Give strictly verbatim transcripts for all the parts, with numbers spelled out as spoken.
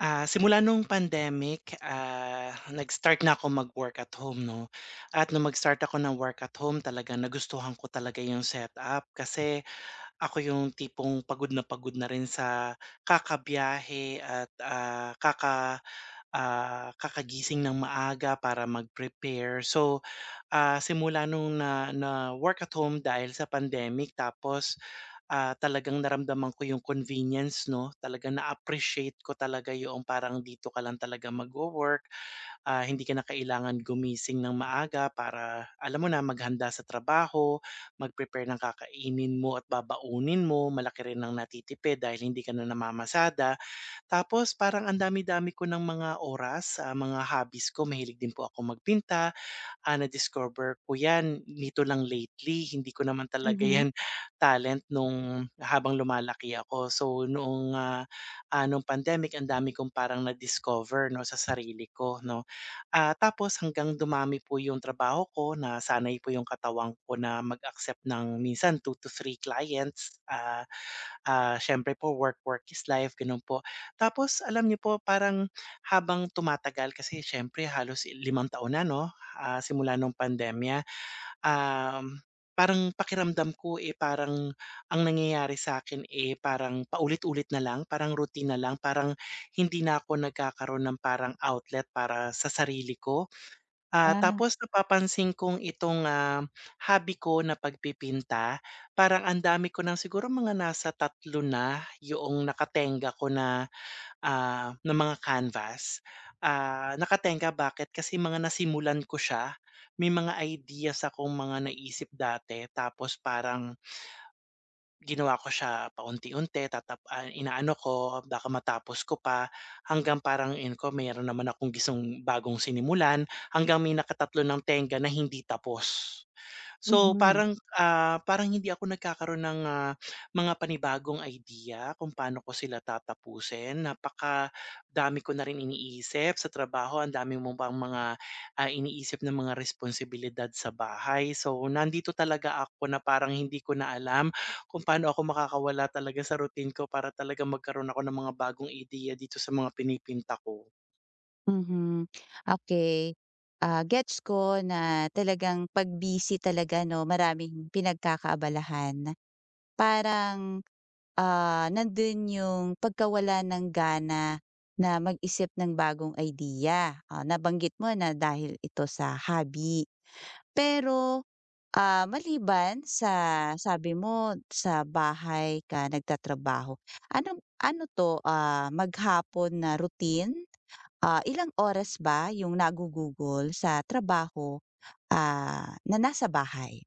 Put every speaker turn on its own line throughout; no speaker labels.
Ah, simula nung pandemic, ah, nag-start na ako mag-work at home 'no, at nung mag-start ako ng work at home talaga nagustuhan ko talaga yung setup kasi ako yung tipong pagod na pagod na rin sa kakabiyahe at, ah, kaka ah, kakagising ng maaga para mag-prepare. So Ah, simula nung na na-work at home dahil sa pandemic tapos, ah, talagang naramdaman ko yung convenience 'no, talagang na-appreciate ko talaga yung parang dito ka lang talaga magwo-work, ah, hindi ka na kailangan gumising ng maaga para alam mo na maghanda sa trabaho, mag-prepare ng kakainin mo at babaunin mo, malaki rin ang natitipid dahil hindi ka na namamasada. Tapos parang ang dami-dami ko ng mga oras sa mga hobbies ko, mahilig din po ako magpinta, ah, na-discover ko 'yan nito lang lately, hindi ko naman talaga
Mhm.
'yan talent nung habang lumalaki ako. So noong, ah, ah, nung pandemic ang dami kong parang na-discover 'no sa sarili ko 'no. Ah, tapos hanggang dumami po yung trabaho ko, na sanay po yung katawang ko na mag-accept ng minsan two to three clients. Ah Ah, siyempre po, work, work is life, gano'n po. Tapos alam niyo po parang habang tumatagal kasi siyempre halos limang taon na 'no, ah, simula nung pandemya. Um, Parang pakiramdam ko, eh, parang ang nangyayari sa akin eh, parang paulit-ulit na lang, parang routine na lang, parang hindi na ako nagkakaroon ng parang outlet para sa sarili ko. Ah,
Ah,
tapos napapansin kong itong, ah, hobby ko na pagpipinta, parang ang dami ko ng siguro mga nasa tatlo na yoong nakatenga ko na, ah, na mga canvas. Ah, nakatenga bakit? Kasi mga nasimulan ko siya, may mga ideas akong mga naisip dati tapos parang ginawa ko siya paunti-unti, tatap ah, inaano ko baka matapos ko pa hanggang parang in ko meron naman akong gustong bagong sinimulan hanggang may nakatatlo ng tenga na hindi tapos. So,
mhm,
parang, ah, parang hindi ako nagkakaroon ng, ah, mga panibagong idea kung paano ko sila tatapusin. Napaka dami ko na rin iniisip sa trabaho, ang dami mo pang mga, ah, iniisip na mga responsibilidad sa bahay. So, nandito talaga ako na parang hindi ko na alam kung paano ako makakawala talaga sa routine ko para talaga magkaroon ako ng mga bagong idea dito sa mga pinipinta ko.
mhm. Okay. Ah, gets ko na talagang 'pag busy talaga 'no, maraming pinagkakaabalahan. Parang, ah, Nandun yung pagkawala ng gana na mag-isip ng bagong idea. Ah, nabanggit mo na dahil ito sa hobby. Pero Ah, maliban sa sabi mo sa bahay ka nagtatrabaho, ano ano 'to, ah, maghapon na routine? Ah, ilang oras ba yung nagugugol sa trabaho, ah, na nasa bahay?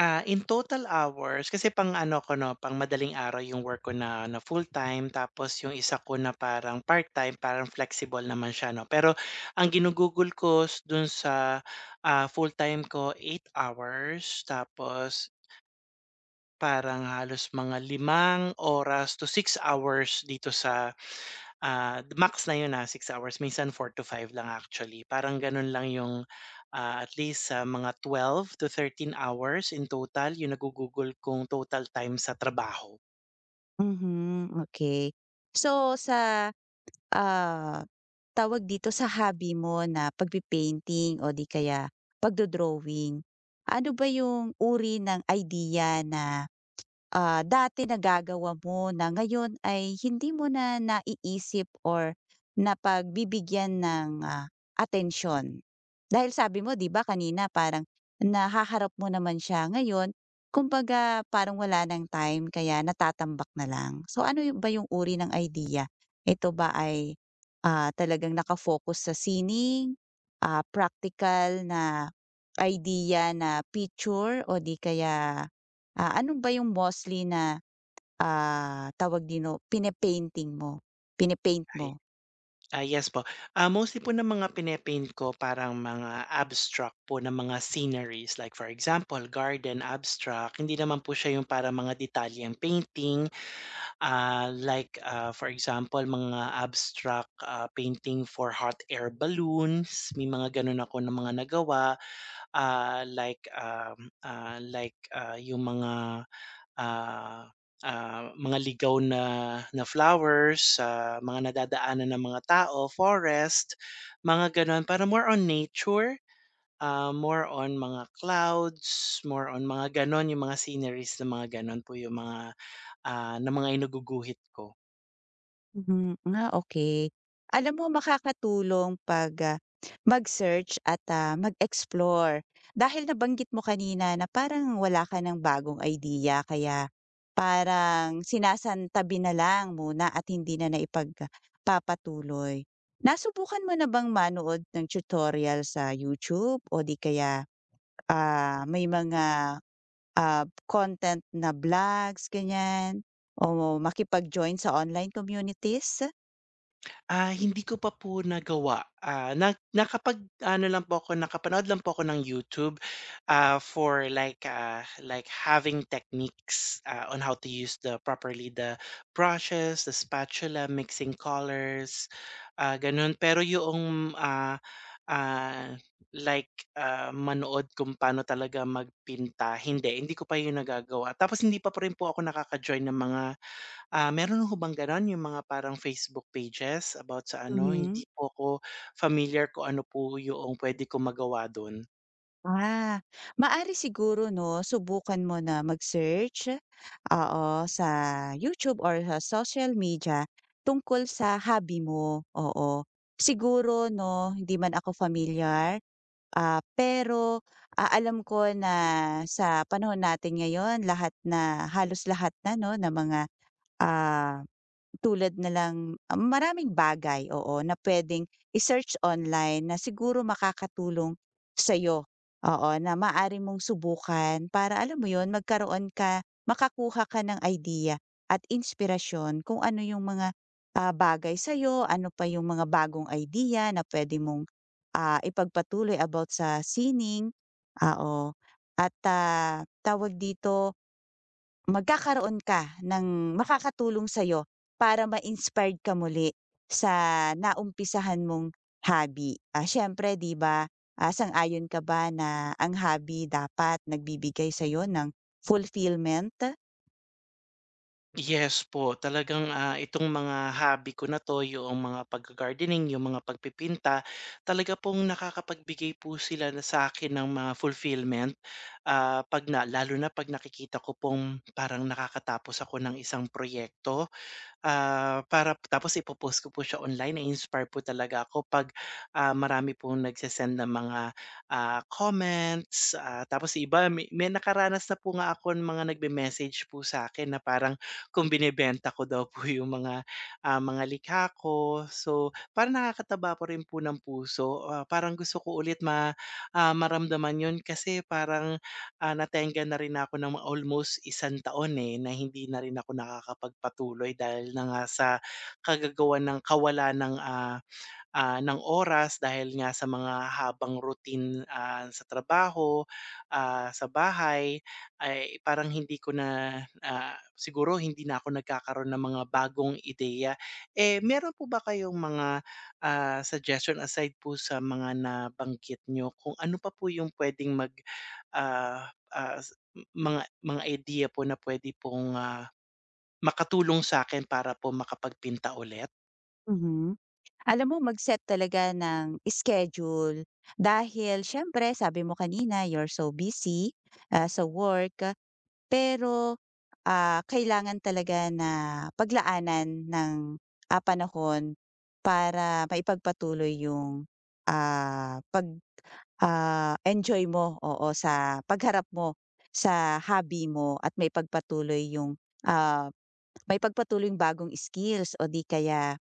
Ah, in total hours kasi pang-ano ko 'no, pang-madaling araw yung work ko na na full-time tapos yung isa ko na parang part-time, parang flexible naman siya 'no. Pero ang ginugugol ko s dun sa, ah, full-time ko eight hours tapos parang halos mga limang oras to six hours dito sa. Ah, max na yun, na six hours, minsan four to five lang actually. Parang ganun lang yung, ah, at least sa mga twelve to thirteen hours in total yung nagugugol kong total time sa trabaho.
Mhm, okay. So sa, ah, tawag dito sa hobby mo na pagpe-painting o di kaya pagdo-drawing, ano ba yung uri ng idea na ah, dati nagagawa mo na ngayon ay hindi mo na naiisip or napagbibigyan ng, ah, atensyon? Dahil sabi mo 'di ba kanina parang nahaharap mo naman siya ngayon, kumbaga parang wala ng time kaya natatambak na lang. So ano yu ba yung uri ng idea? Ito ba ay, ah, talagang nakafocus sa sining, ah, practical na idea na picture o di kaya Ah, ano ba yung mostly na, ah, tawag dino, pine-painting mo, pine-paint
Ay
mo?
ah, yes po. Ah, mostly po ng mga pine-paint ko parang mga abstract po na mga sceneries like for example garden abstract. Hindi naman po siya yung para mga detalyeng painting. Ah, like, ah, for example mga abstract, ah, painting for hot air balloons, may mga gano'n ako na mga nagawa. Ah, like, um, ah, like, ah, Yung mga, ah, ah, mga ligaw na na flowers sa mga nadadaanan ng mga tao, forest, mga gano'n. Para more on nature, ah, more on mga clouds, more on mga gano'n, yung mga sceneries na mga gano'n po yung mga, ah, na mga inuguguhit ko.
Mhm, ah, Okey. Alam mo makakatulong 'pag, ah, mag-search at, ah, mag-explore. Dahil nabanggit mo kanina na parang wala ka ng bagong idea kaya parang sinasantabi na lang muna at hindi na naipagpapatuloy. Nasubukan mo na bang manood ng tutorial sa YouTube o di kaya, ah, may mga Ah, content na vlogs, ganyan o makipag-join sa online communities?
Ah, hindi ko pa po nagawa. Ah, na nakapag-ano lang po ako, nakapanood lang po ako ng YouTube, ah, for like, ah, like having techniques, ah, on how to use the properly the brushes, the spatula, mixing colors, ah, gano'n. Pero yung ah, ah, like, ah, manood kung paano talaga magpinta, hindi. Hindi ko pa 'yun nagagawa. Tapos hindi pa po rin po ako nakaka-join ng mga. Ah, meron ho bang gano'n, yung mga parang Facebook pages about sa ano, hindi
Mhm.
po ako familiar kung ano po yung puwede kong magawa do'n.
Ah, Maari siguro 'no, subukan mo na mag-search, oo, sa YouTube or sa social media tungkol sa hobby mo, oo. Siguro 'no, hindi man ako familiar, ah, pero, ah, alam ko na sa panahon natin ngayon lahat na halos lahat na 'no, ng mga, ah tulad na lang um, maraming bagay, oo, na pwedeng i-search online na siguro makakatulong sa'yo, oo, na maaari mong subukan para alam mo 'yun, magkaroon ka makakuha ka ng idea at inspirasyon kung ano yung mga, ah, bagay sa'yo, ano pa yung mga bagong idea na puwede mong, ah, ipagpatuloy about sa sining, ah, oo. At, ah, tawag dito magkakaroon ka ng makakatulong sa'yo para ma-inspired ka muli sa naumpisahan mong hobby. Ah, siyempre 'di ba, ah, sang-ayon ka ba na ang hobby dapat nagbibigay sa'yo ng fulfillment?
Yes po, talagang, ah, itong mga hobby ko na 'to, yung mga pagga-gardening, yung mga pagpipinta, talaga pong nakakapagbigay po sila na sa akin ng mga fulfillment, ah, 'pag na lalo na 'pag nakikita ko pong parang nakakatapos ako ng isang proyekto. Ah, para tapos ipo-post ko po siya online. Na-inspire po talaga ako 'pag, ah, marami pong nagse ng mga, ah, comments, ah, tapos iba, may may nakaranas na po nga ako ng mga nagme-message po sa akin na parang kung binibenta ko daw po yung mga, ah, mga likha ko. So, parang nakakataba po rin po ng puso, ah, parang gusto ko ulit ma ah, maramdaman yun kasi parang ah, natengga na rin ako ng almost isang taon, eh, na hindi na rin ako nakakapagpatuloy dahil na nga sa kagagawan ng kawalan ng, ah, ah, ng oras dahil nga sa mga habang routine, ah, sa trabaho, ah, sa bahay, ay parang hindi ko na, ah, siguro hindi na ako nagkakaroon ng mga bagong ideya. Eh, meron po ba kayong mga, ah, suggestion aside po sa mga nabanggit niyo kung ano pa po yung puwedeng mag, ah, ah, s m- mga mga idea po na puwede pong, ah, makatulong sa'kin para po makapagpinta ulit?
Mhm. Alam mo mag-set talaga ng schedule dahil siyempre sabi mo kanina you're so busy, ah, sa work. Pero, ah, kailangan talaga na paglaanan ng, ah, panahon para maipagpatuloy yung, ah, pag, ah, enjoy mo, oo, sa pagharap mo sa hobby mo at may maipagpatuloy yung, ah, may maipagpatuloy yung bagong skills o di kaya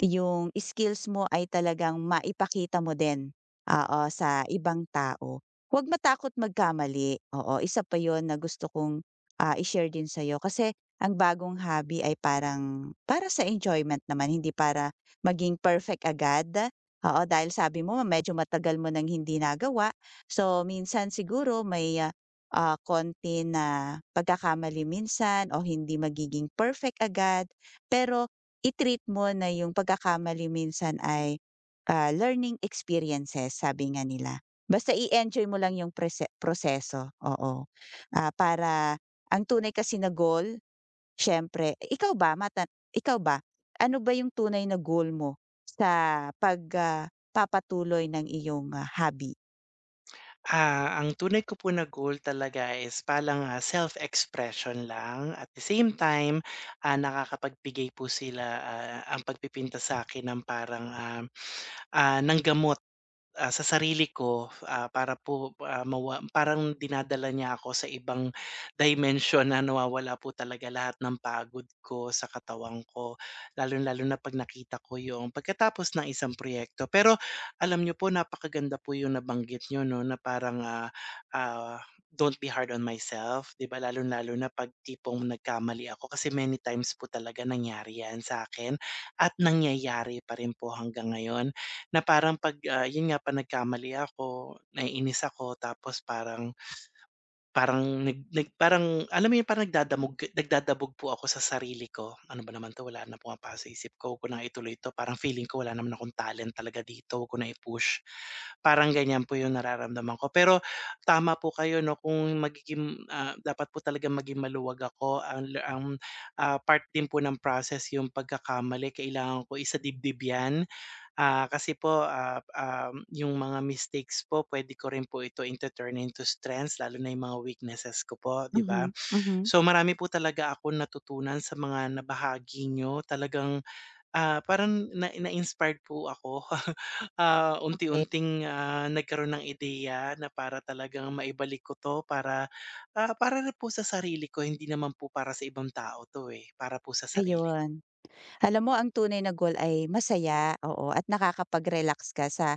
yung skills mo ay talagang maipakita mo din, oo, sa ibang tao. Huwag matakot magkamali, oo, isa pa yun na gusto kong, ah, i-share din sa'yo kasi ang bagong hobby ay parang para sa enjoyment naman hindi para maging perfect agad. Oo, dahil sabi mo medyo matagal mo nang hindi nagawa, so minsan siguro may, ah, ah, konti na pagkakamali minsan o hindi magiging perfect agad pero i-treat mo na yung pagkakamali minsan ay, ah, learning experiences sabi nga nila. Basta i-enjoy mo lang yung prese proseso, oo. Ah, para ang tunay kasi na goal siyempre ikaw ba mata ikaw ba, ano ba yung tunay na goal mo sa pag, ah, papatuloy ng iyong, ah, hobby?
Ah, ang tunay ko po na goal talaga is palang ah, self-expression lang. At the same time, ah, nakakapagbigay po sila, ah, ang pagpipinta sa akin ng parang, um, ah, ng gamot Ah, sa sarili ko, ah, para po, ah, mawa parang dinadala niya ako sa ibang dimension na nawawala po talaga lahat ng pagod ko sa katawan ko, lalo lalo na 'pag nakita ko yung pagkatapos ng isang proyekto. Pero alam niyo po napakaganda po yung nabanggit niyo 'no, na parang, ah, ah, "Don't be hard on myself." 'Di ba, lalo lalo na 'pag tipong nagkamali ako kasi many times po talaga nangyari 'yan sa akin at nangyayari pa rin po hanggang ngayon. Na parang 'pag, ah, yun nga, 'pag nagkamali ako, naiinis ako tapos parang parang nag nag parang alam mo yun, parang nagdadamog nagdadabog po ako sa sarili ko. Ano ba naman 'to, wala na pumapasok sa isip ko, 'wag ko na ituloy 'to, parang feeling ko wala naman akong talent talaga dito, 'wag ko na i-push. Parang ganyan po yung nararamdaman ko. Pero tama po kayo 'no, kung magiging, ah, dapat po talagang maging maluwag ako. Ang la ang, ah, part din po ng process yung pagkakamali, kailangan ko isadibdib yan. Ah, kasi po, ah, um, yung mga mistakes po puwede ko rin po ito into-turn into strengths lalo na yung mga weaknesses ko po, 'di ba?
Mhm, mhm.
So, marami po talaga akong natutunan sa mga nabahagi nyo. Talagang, ah, parang na na-inspired po ako. Ah,
Okey,
unti-unting, ah, nagkaroon ng ideya na para talagang maibalik ko 'to para, ah, para rin po sa sarili ko, hindi naman po para sa ibang tao 'to, eh, para po sa sarili ko.
ayun. Alam mo ang tunay na goal ay masaya, oo, at nakakapag-relax ka sa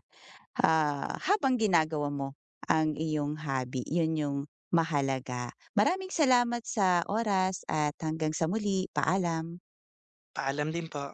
ah, habang ginagawa mo ang iyong hobby, yun yung mahalaga. Maraming salamat sa oras at hanggang sa muli, paalam.
Paalam din po.